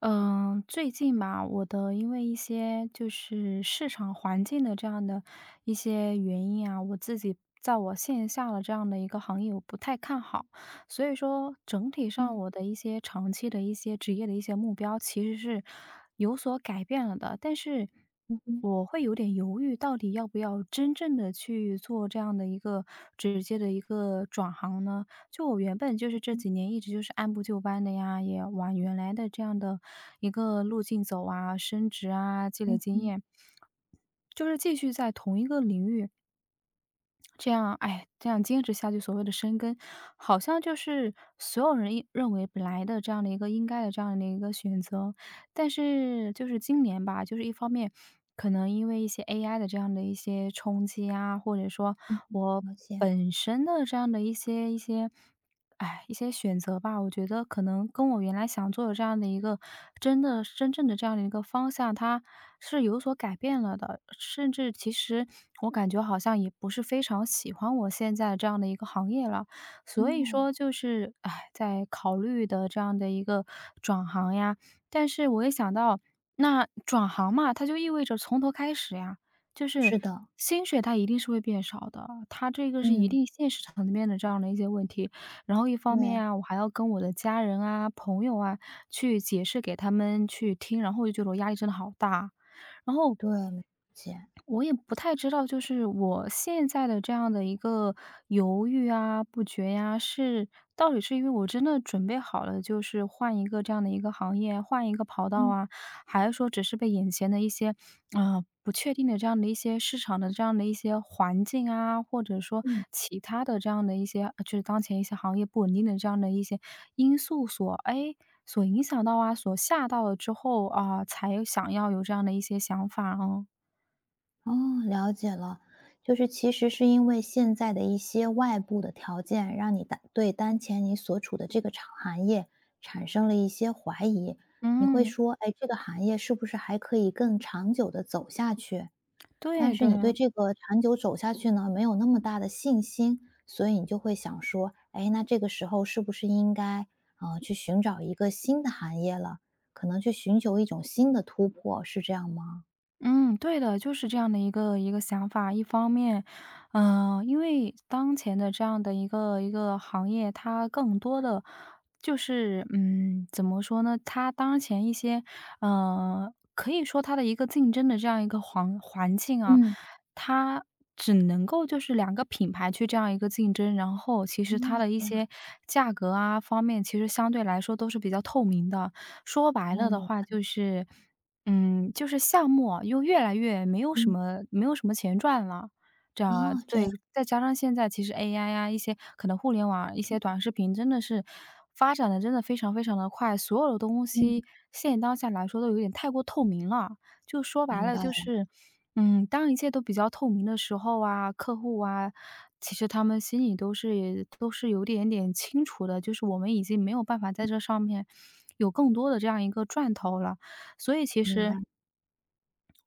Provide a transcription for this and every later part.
嗯，最近吧，我的因为一些就是市场环境的这样的一些原因啊，我自己在我线下的这样的一个行业，我不太看好。所以说，整体上嗯，我的一些长期的一些职业的一些目标，其实是有所改变了的。但是嗯嗯我会有点犹豫，到底要不要真正的去做这样的一个直接的一个转行呢？就我原本就是嗯这哼，几年一直就是按部就班的呀，也往原来的这样的一个路径走啊，升职啊，积累嗯经哼验，就是继续在同一个领域这样，哎，这样坚持下去，所谓的深耕，好像就是所有人一认为本来的这样的一个应该的这样的一个选择。但是就是今年吧，就是一方面可能因为一些 AI 的这样的一些冲击啊，或者说嗯哼我了解。本身的这样的一些哎，一些选择吧，我觉得可能跟我原来想做的这样的一个真的真正的这样的一个方向，它是有所改变了的。甚至其实我感觉好像也不是非常喜欢我现在这样的一个行业了，所以说哦，就是，哎，在考虑的这样的一个转行呀。但是我也想到，那转行嘛，它就意味着从头开始呀，就是是的，薪水它一定是会变少的，它这个是一嗯，定现实层面的这样的一些问题。然后一方面对，啊，我还要跟我的家人啊、朋友啊去解释给他们去听，然后我就觉得我压力真的好大。然后对，了解，我也不太知道，就是我现在的这样的一个犹豫啊、不决呀，是到底是因为我真的准备好了，就是换一个这样的一个行业，换一个跑道嗯，啊，还是说只是被眼前的一些啊、不确定的这样的一些市场的这样的一些环境啊，或者说嗯，其他的这样的一些，就是当前一些行业不稳定的这样的一些因素所影响到啊，所吓到了之后啊、才想要有这样的一些想法哦。哦，了解了。就是其实是因为现在的一些外部的条件，让你对当前你所处的这个行业产生了一些怀疑，你会嗯，说，哎，这个行业是不是还可以更长久的走下去？但对是对，你对这个长久走下去呢，没有那么大的信心，所以你就会想说，哎，那这个时候是不是应该去寻找一个新的行业了？可能去寻求一种新的突破，是这样吗？嗯，对的，就是这样的一个想法。一方面，因为当前的这样的一个行业，它更多的就是，怎么说呢？它当前一些，可以说它的一个竞争的这样一个环境啊，嗯，它只能够就是两个品牌去这样一个竞争，然后其实它的一哦，些价格啊方面，其实相对来说都是比较透明的。说白了哦，的明，话，就是就是项目啊又越来越没有什嗯，么没有什么钱赚了，这哦，样这对，样，再加上现在其实 AI 呀，一些可能互联网一些短视频真的是发展的真的非常非常的快，所有的东嗯，西现当下来说都有点太过透明了。就说白明了白就了，是，当一切都比较透明的时候啊，客户啊，其实他们心里都是有点点清楚的，就是我们已经没有办法在这上面有更多的这样一个赚头了。所以其明白，实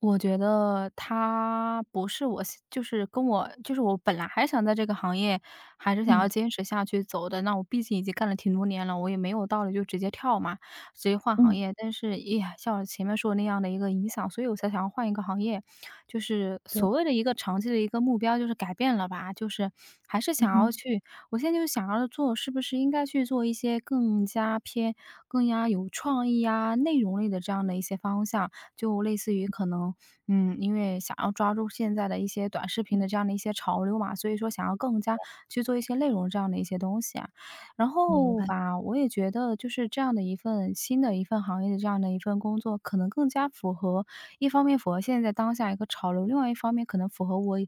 我觉得他不是我喜就是跟我就是我本来还想在这个行业，还是想要嗯坚持下去走的，那我毕竟已经干了挺多年了，我也没有道理就直接跳嘛，直接换行嗯，业。但是，哎呀，像我前面说的那样的一个影响，所以我才想要换一个行业。就是对，所谓的一个长期的一个目标，就是改变了吧，就是还是嗯想要哼，去，我现在就想要做，是不是应该去做一些更加偏、更加有创意啊、内容类的这样的一些方向。就类似于可能，因为想要抓住现在的一些短视嗯，频的这样的一些潮流嘛，所以说想要更加去做一些内容这样的一些东西啊。然明后白，吧，我也觉得就是这样的一份新的一份行业的这样的一份工作，可能更加符合一方面符合现在当下一个潮流，另外一方面可能符合我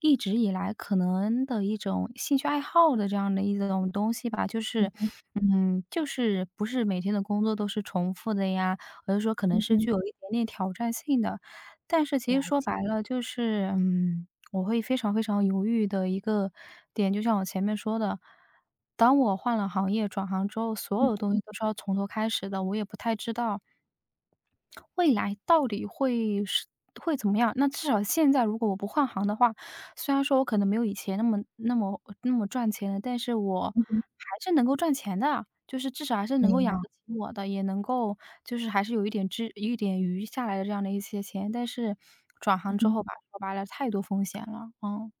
一直以来可能的一种兴趣爱好的这样的一种东西吧。就是，就是不是每天的工作都是重复的呀，我就说可能嗯是哼，具有一点点挑战性的。但是其实了说解，白了就是，我会非常非常犹豫的一个点，就像我前面说的，当我换了行业转行之后，所有嗯东西都是要从头开始的，我也不太知道未来到底会怎么样？那至少现在如果我不换行的话，虽然说我可能没有以前那么那么那么赚钱了，但是我嗯哼，还是能够赚钱的，就是至少还是能够明养白，得起我的，也能够就是还是有一点余下来的这样的一些钱。但是转行嗯之哼。后吧，说白了太多风险了，嗯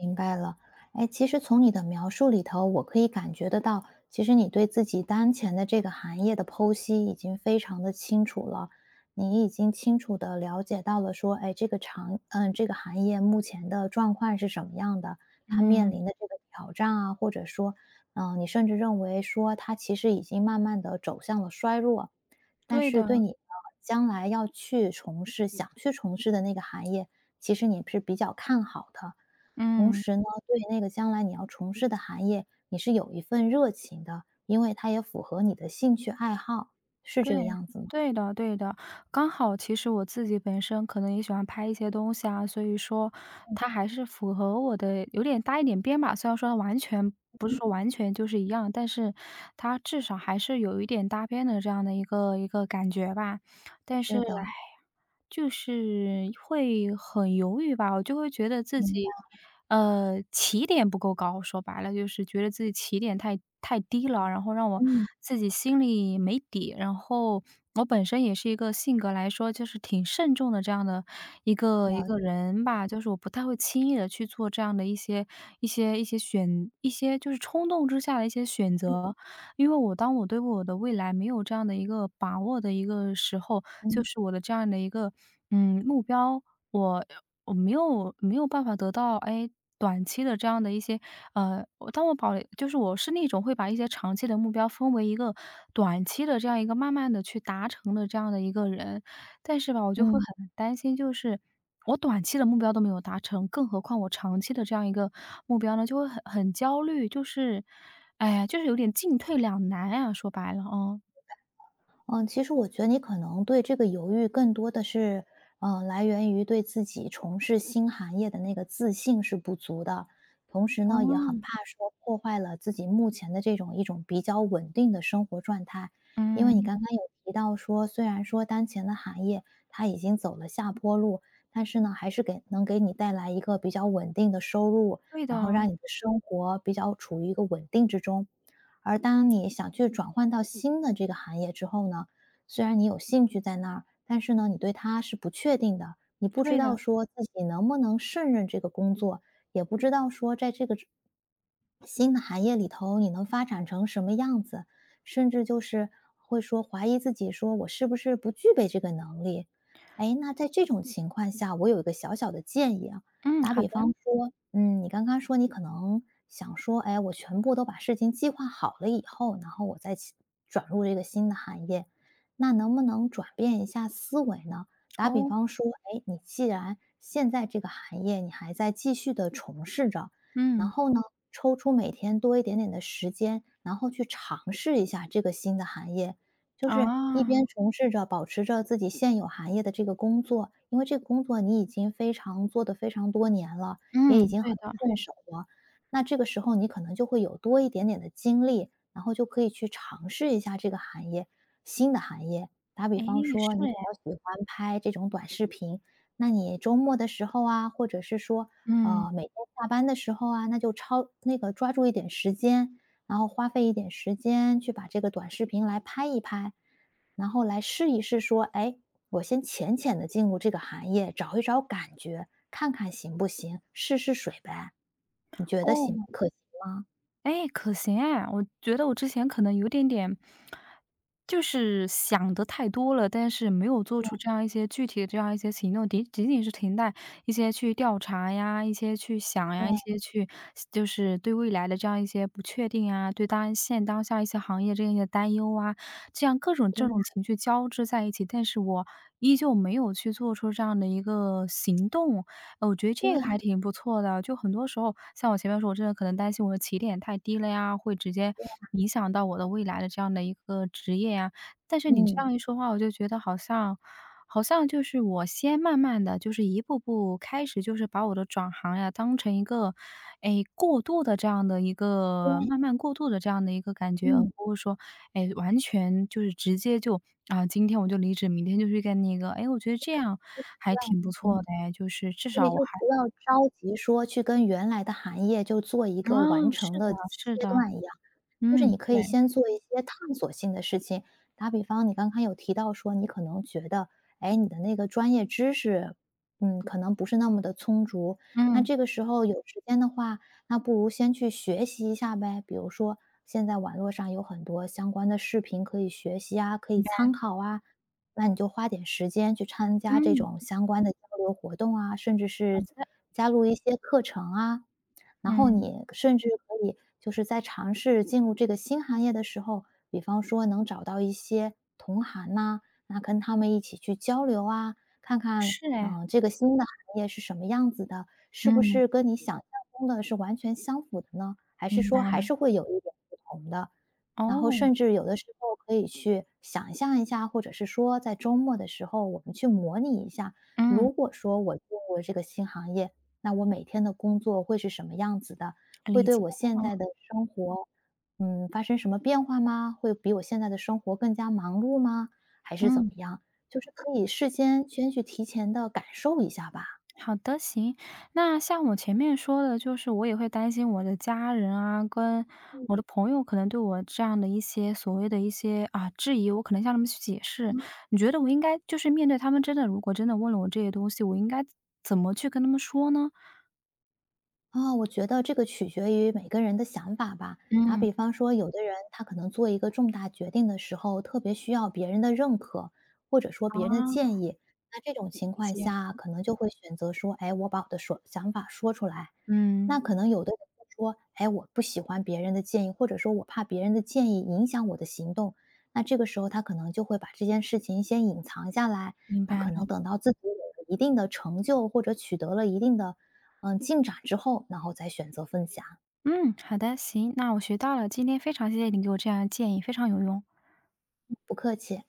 明白了，哎，其实从你的描述里头，我可以感觉得到，其实你对自己当前的这个行业的剖析已经非常的清楚了，你已经清楚的了解到了说，哎，这个长，嗯，这个行业目前的状况是什么样的，它面嗯，临的这个挑战啊，或者说，嗯、你甚至认为说它其实已经慢慢的走向了衰落，但对是的，对你，将来要去从事的那个行业，其实你是比较看好的。同嗯。时呢，对那个将来你要从事的行业，你是有一份热情的，因为它也符合你的兴趣爱好，是对，这个样子吗？对的对的。刚好其实我自己本身可能也喜欢拍一些东西啊，所以说它还是符合我的有点搭一点边吧。虽然说它完全不是嗯说完全就是一样，但是它至少还是有一点搭边的这样的一个感觉吧。但是，唉是的，就是会很犹豫吧，我就会觉得自明白，己，起点不够高，说白了就是觉得自己起点太低了，然后让我嗯，自己心里没底。然后我本身也是一个性格来说就是挺慎重的这样的一个一了解，个人吧，就是我不太会轻易的去做这样的一些就是冲动之下的一些选择。因为当我对我的未来没有这样的一个把握的一个。的时候，就嗯，是我的这样的一个，目标，我我没有办法得到，哎，短期的这样的一些，呃，我当我保就是我是那种会把一些长期的目标分为一个短期的这样一个慢慢的去达成的这样的一个人。但是吧，我就会嗯。很担心，就是我短期的目标都没有达成，更何况我长期的这样一个目标呢，就会很焦虑，就是，哎呀，就是有点进退两难啊，说白了，嗯。嗯，其实我觉得你可能对这个犹豫更多的是，来源于对自己从事新行业的那个自信是不足的，同时哦，呢，也很怕说破坏了自己目前的这种比较稳定的生活状态。因为你嗯。刚刚有提到说，虽然说当前的行业它已经走了下坡路，但是呢，还是能给你带来一个比较稳定的收入，对然的，后让你的生活比较处于一个稳定之中。而当你想去转换到新的这个行业之后呢，虽然你有兴趣在那儿，但是呢，你对它是不确定的，你不知对道的，说自己能不能胜任这个工作，也不知道说在这个新的行业里头你能发展成什么样子，甚至就是会说怀疑自己，说我是不是不具备这个能力？哎，那在这种情况下，我有一个小小的建议啊。嗯，打好的，比方说，嗯，你刚刚说你可能想说，哎，我全部都把事情计划好了以后，然后我再去转入这个新的行业，那能不能转变一下思维呢？打比哦，方说，哎，你既然现在这个行业你还在继续的从事着，然嗯，后呢，抽出每天多一点点的时间，然后去尝试一下这个新的行业，就是一啊，边从事着保持着自己现有行业的这个工作，因为这个工作你已经非常做得非常多年了，嗯，也已经对很的，顺手了。那这个时候你可能就会有多一点点的精力，然后就可以去尝试一下这个行业，新的行业。打比诶，方是说，你诶，比较喜欢拍这种短视频，那你周末的时候啊，或者是说，嗯，每天下班的时候啊，那就超那个抓住一点时间，然后花费一点时间去把这个短视频来拍一拍，然后来试一试说，哎，我先浅浅的进入这个行业，找一找感觉，看看行不行，试试水呗。你觉得行哦。不可行？哎，可行哎，我觉得我之前可能有点点，就是想的太多了，但是没有做出这样一些具体的这样一些行动，仅仅是停在一些去调查呀，一些去想呀，一对些去就是对未来的这样一些不确定啊，对现当下一些行业这样一些担忧啊，这样各种这对种情绪交织在一起，但是我依旧没有去做出这样的一个行动，我觉得这个对，还挺不错的。就很多时候，像我前面说，我真的可能担心我的起点太低了呀，会直接影响到我的未来的这样的一个职业呀。但是你这嗯，样一说话，我就觉得好像就是我先慢慢的，就是一步步开始，就是把我的转行呀，当成一个，哎，过渡的这样的一个对，慢慢过渡的这样的一个感觉，而嗯不是说哎，完全就是直接就啊，今天我就离职，明天就去干那个。哎，我觉得这样还挺不错嗯，的哎，就是至所以少我就还不要着急说去跟原来的行业就做一哦，个完是成的的阶是的，段一样。就是嗯，你可以对，先做一些探索性的事情，打比方，你刚刚有提到说你可能觉得，哎，你的那个专业知识，嗯，可能不是那么的充足。那嗯，这个时候有时间的话，那不如先去学习一下呗。比如说，现在网络上有很多相关的视频可以学习啊，可以参考啊。那你就花点时间去参加这嗯，种相关的交流活动啊，甚至是对加入一些课程啊，然后嗯，你甚至可以就是在尝试进入这个新行业的时候，比方说能找到一些同行呐、那跟他们一起去交流啊，看看是哎，这个新的行业是什么样子的，是不嗯，是跟你想象中的是完全相符的呢？还是明说白还了，是会有一点不同的？然后哦，甚至有的时候可以去想象一下，或者是说在周末的时候，我们去模拟一下，嗯，如果说我进入了这个新行业，那我每天的工作会是什么样子的？会理对解了，我现哦在的生活，嗯，发生什么变化吗？会比我现在的生活更加忙碌吗？还是怎嗯。么样？就是可以事先先去提前的感受一下吧。好的，行。那像我前面说的，就是我也会担心我的家人啊，跟我的朋友可能对我这样的一些所谓的一些啊质疑，我可能向他们去解释。你觉得我应该就是面对他们真的，如果真的问了我这些东西，我应该怎么去跟他们说呢？啊，我觉得这个取决于每个人的想法吧。打嗯，比方说，有的人他可能做一个重大决定的时候，特别需要别人的认可，或者说别人的啊，建议。那这种情理况解。下，可能就会选择说：“哎，我把我的想法说出来。”那嗯，可能有的人会说：“哎，我不喜欢别人的建议，或者说我怕别人的建议影响我的行动。”那这个时候，他可能就会把这件事情先隐藏下来。明那白可能了。等到自己有了一定的成就，或者取得了一定的嗯，进展之后，然后再选择分享。嗯，好的，行，那我学到了。今天非常谢谢你给我这样的建议，非常有用。不客气。